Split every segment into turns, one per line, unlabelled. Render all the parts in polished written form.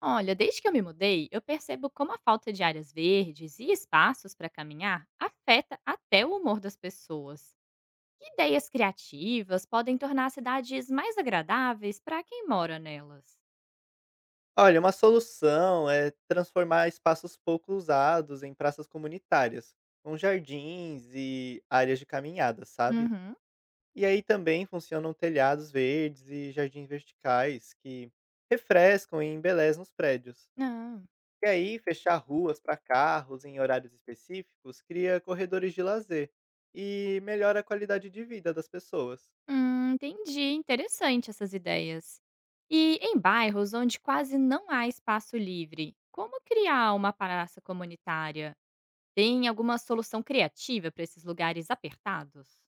Olha, desde que eu me mudei, eu percebo como a falta de áreas verdes e espaços para caminhar afeta até o humor das pessoas. Que ideias criativas podem tornar as cidades mais agradáveis para quem mora nelas?
Olha, uma solução é transformar espaços pouco usados em praças comunitárias, com jardins e áreas de caminhada, sabe?
Uhum.
E aí também funcionam telhados verdes e jardins verticais que refrescam e embelezam os prédios.
Ah,
E aí, fechar ruas para carros em horários específicos cria corredores de lazer e melhora a qualidade de vida das pessoas.
entendi. Interessante essas ideias. E em bairros onde quase não há espaço livre, como criar uma praça comunitária? Tem alguma solução criativa para esses lugares apertados?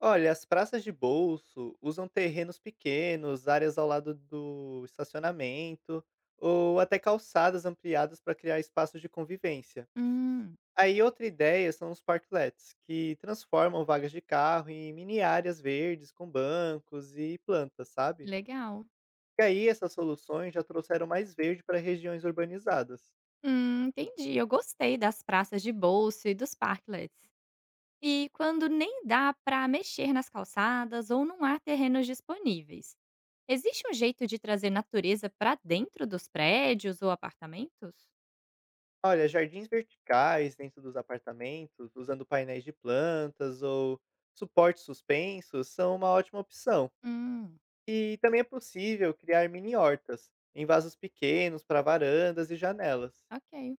Olha, as praças de bolso usam terrenos pequenos, áreas ao lado do estacionamento ou até calçadas ampliadas para criar espaços de convivência.
Hum,
Aí outra ideia são os parklets, que transformam vagas de carro em mini áreas verdes com bancos e plantas, sabe?
legal.
E aí essas soluções já trouxeram mais verde para regiões urbanizadas.
Entendi. Eu gostei das praças de bolso e dos parklets. E quando nem dá para mexer nas calçadas ou não há terrenos disponíveis, existe um jeito de trazer natureza para dentro dos prédios ou apartamentos?
Olha, jardins verticais dentro dos apartamentos, usando painéis de plantas ou suportes suspensos, são uma ótima opção.
Hum,
E também é possível criar mini hortas em vasos pequenos para varandas e janelas.
ok.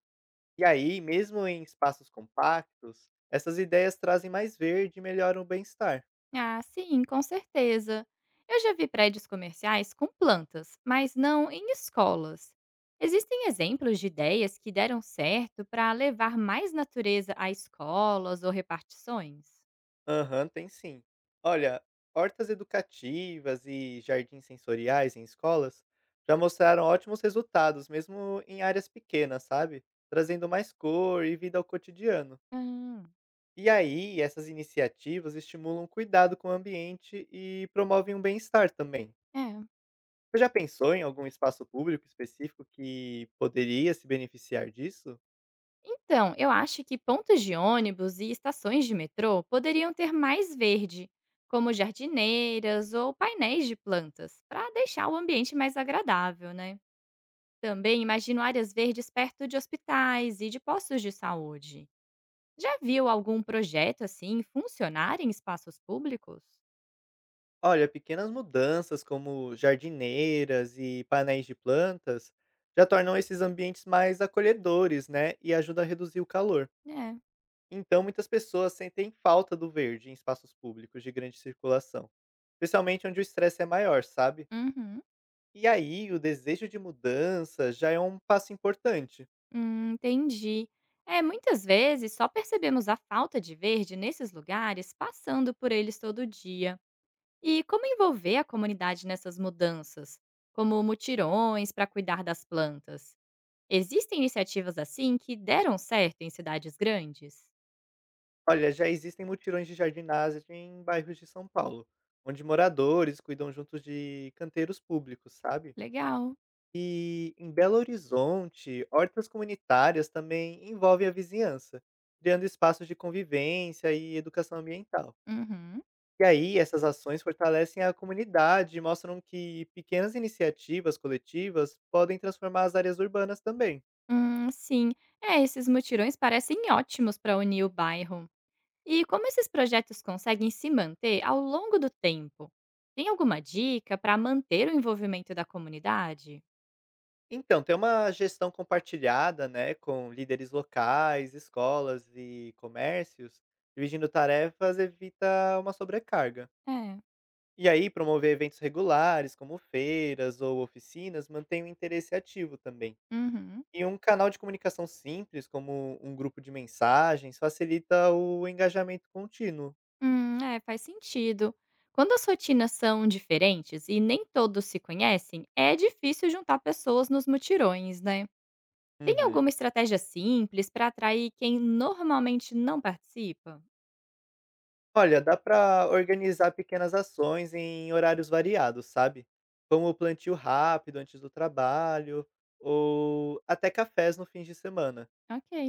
E aí, mesmo em espaços compactos, essas ideias trazem mais verde e melhoram o bem-estar.
Ah, sim, com certeza. Eu já vi prédios comerciais com plantas, mas não em escolas. Existem exemplos de ideias que deram certo para levar mais natureza a escolas ou repartições?
Aham, tem sim. Olha, hortas educativas e jardins sensoriais em escolas já mostraram ótimos resultados, mesmo em áreas pequenas, sabe? Trazendo mais cor e vida ao cotidiano.
Ah.
E aí, essas iniciativas estimulam o cuidado com o ambiente e promovem um bem-estar também.
É.
Você já pensou em algum espaço público específico que poderia se beneficiar disso?
Então, eu acho que pontos de ônibus e estações de metrô poderiam ter mais verde, como jardineiras ou painéis de plantas, para deixar o ambiente mais agradável, né? Também imagino áreas verdes perto de hospitais e de postos de saúde. Já viu algum projeto assim funcionar em espaços públicos?
Olha, pequenas mudanças como jardineiras e painéis de plantas já tornam esses ambientes mais acolhedores, né? E ajuda a reduzir o calor.
É.
Então, muitas pessoas sentem falta do verde em espaços públicos de grande circulação, especialmente onde o estresse é maior, sabe?
Uhum.
E aí, o desejo de mudança já é um passo importante.
Entendi. É, muitas vezes só percebemos a falta de verde nesses lugares passando por eles todo dia. E como envolver a comunidade nessas mudanças, como mutirões para cuidar das plantas? Existem iniciativas assim que deram certo em cidades grandes?
Olha, já existem mutirões de jardinagem em bairros de São Paulo, onde moradores cuidam juntos de canteiros públicos, sabe?
Legal.
E em Belo Horizonte, hortas comunitárias também envolvem a vizinhança, criando espaços de convivência e educação ambiental.
Uhum.
E aí, essas ações fortalecem a comunidade e mostram que pequenas iniciativas coletivas podem transformar as áreas urbanas também.
Sim. É, esses mutirões parecem ótimos para unir o bairro. E como esses projetos conseguem se manter ao longo do tempo? Tem alguma dica para manter o envolvimento da comunidade?
Então, tem uma gestão compartilhada, né, com líderes locais, escolas e comércios, dividindo tarefas evita uma sobrecarga.
É.
E aí, promover eventos regulares, como feiras ou oficinas, mantém o interesse ativo também.
Uhum.
E um canal de comunicação simples, como um grupo de mensagens, facilita o engajamento contínuo.
É, faz sentido. Quando as rotinas são diferentes e nem todos se conhecem, é difícil juntar pessoas nos mutirões, né? Tem
Uhum.
alguma estratégia simples para atrair quem normalmente não participa?
Olha, dá para organizar pequenas ações em horários variados, sabe? Como o plantio rápido antes do trabalho, ou até cafés no fim de semana.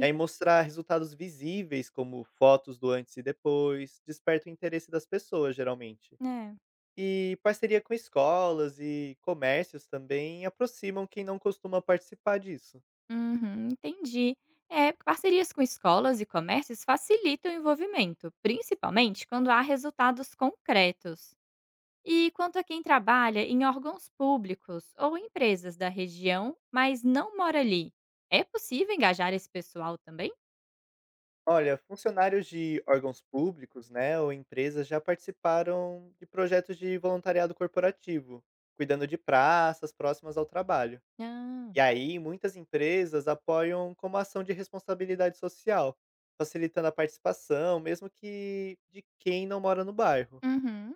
E aí mostrar resultados visíveis, como fotos do antes e depois, desperta o interesse das pessoas, geralmente.
né?
E parceria com escolas e comércios também aproximam quem não costuma participar disso.
Uhum, entendi. É, parcerias com escolas e comércios facilitam o envolvimento, principalmente quando há resultados concretos. E quanto a quem trabalha em órgãos públicos ou empresas da região, mas não mora ali, é possível engajar esse pessoal também?
Olha, funcionários de órgãos públicos, né, ou empresas já participaram de projetos de voluntariado corporativo, cuidando de praças próximas ao trabalho.
Ah,
E aí, muitas empresas apoiam como ação de responsabilidade social, facilitando a participação, mesmo que de quem não mora no bairro.
uhum.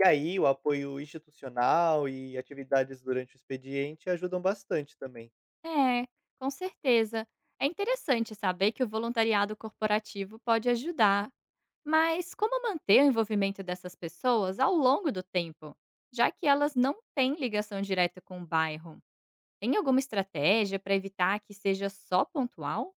E aí, o apoio institucional e atividades durante o expediente ajudam bastante também.
É, com certeza. É interessante saber que o voluntariado corporativo pode ajudar. Mas como manter o envolvimento dessas pessoas ao longo do tempo, já que elas não têm ligação direta com o bairro? Tem alguma estratégia para evitar que seja só pontual?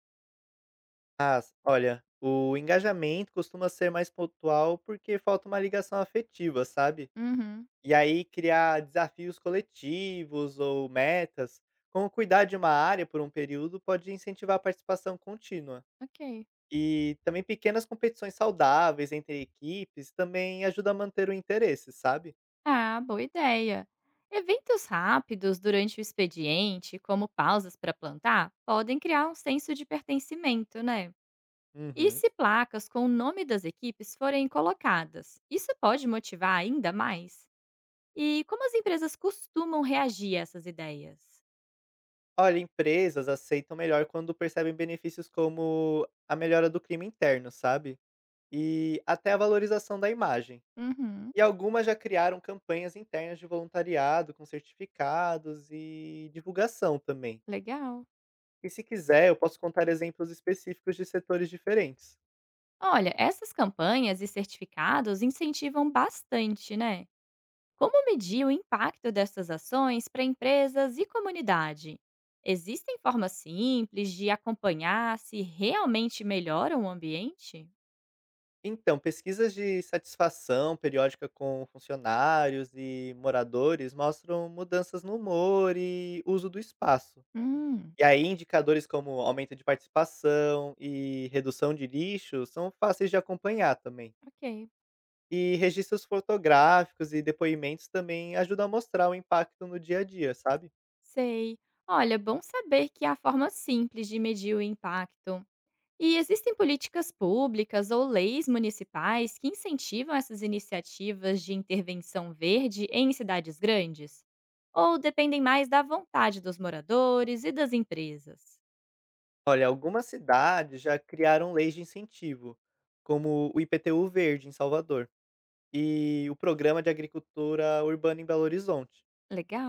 Olha, o engajamento costuma ser mais pontual porque falta uma ligação afetiva, sabe?
Uhum.
E aí criar desafios coletivos ou metas, como cuidar de uma área por um período, pode incentivar a participação contínua.
Ok.
E também pequenas competições saudáveis entre equipes também ajuda a manter o interesse, sabe?
Ah, boa ideia. Eventos rápidos durante o expediente, como pausas para plantar, podem criar um senso de pertencimento, né? E
Uhum.
se placas com o nome das equipes forem colocadas, isso pode motivar ainda mais? E como as empresas costumam reagir a essas ideias?
Olha, empresas aceitam melhor quando percebem benefícios como a melhora do clima interno, sabe? E até a valorização da imagem.
Uhum,
E algumas já criaram campanhas internas de voluntariado, com certificados e divulgação também.
legal.
E se quiser, eu posso contar exemplos específicos de setores diferentes.
Olha, essas campanhas e certificados incentivam bastante, né? Como medir o impacto dessas ações para empresas e comunidade? Existem formas simples de acompanhar se realmente melhoram o ambiente?
Então, pesquisas de satisfação periódica com funcionários e moradores mostram mudanças no humor e uso do espaço.
Hum,
E aí, indicadores como aumento de participação e redução de lixo são fáceis de acompanhar também.
ok.
E registros fotográficos e depoimentos também ajudam a mostrar o impacto no dia a dia, sabe?
Sei. Olha, é bom saber que há formas simples de medir o impacto. E existem políticas públicas ou leis municipais que incentivam essas iniciativas de intervenção verde em cidades grandes? Ou dependem mais da vontade dos moradores e das empresas?
Olha, algumas cidades já criaram leis de incentivo, como o IPTU Verde em Salvador e o Programa de Agricultura Urbana em Belo Horizonte.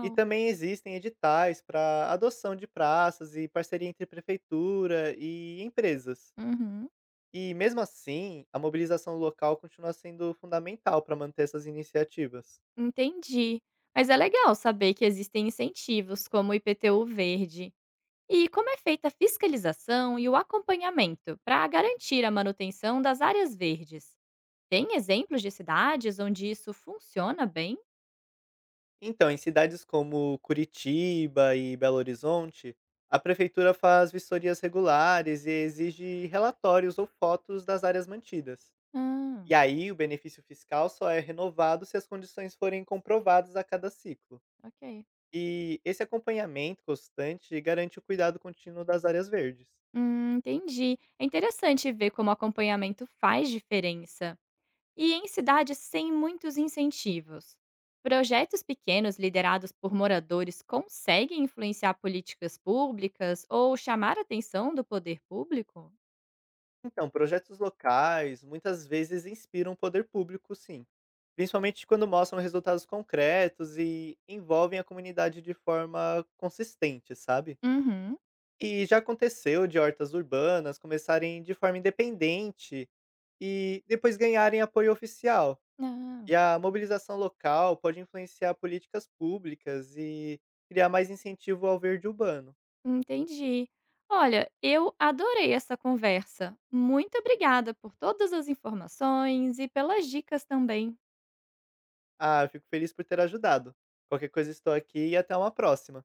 E também existem editais para adoção de praças e parceria entre prefeitura e empresas.
Uhum,
E mesmo assim, a mobilização local continua sendo fundamental para manter essas iniciativas.
entendi. Mas é legal saber que existem incentivos como o IPTU verde. E como é feita a fiscalização e o acompanhamento para garantir a manutenção das áreas verdes? Tem exemplos de cidades onde isso funciona bem?
Então, em cidades como Curitiba e Belo Horizonte, a prefeitura faz vistorias regulares e exige relatórios ou fotos das áreas mantidas.
Ah,
E aí, o benefício fiscal só é renovado se as condições forem comprovadas a cada ciclo.
ok.
E esse acompanhamento constante garante o cuidado contínuo das áreas verdes.
Entendi. É interessante ver como o acompanhamento faz diferença. E em cidades sem muitos incentivos, projetos pequenos liderados por moradores conseguem influenciar políticas públicas ou chamar a atenção do poder público?
Então, projetos locais muitas vezes inspiram o poder público, sim. Principalmente quando mostram resultados concretos e envolvem a comunidade de forma consistente, sabe?
Uhum.
E já aconteceu de hortas urbanas começarem de forma independente e depois ganharem apoio oficial.
Ah,
E a mobilização local pode influenciar políticas públicas e criar mais incentivo ao verde urbano.
entendi. Olha, eu adorei essa conversa. Muito obrigada por todas as informações e pelas dicas também.
Ah, eu fico feliz por ter ajudado. Qualquer coisa estou aqui e até uma próxima.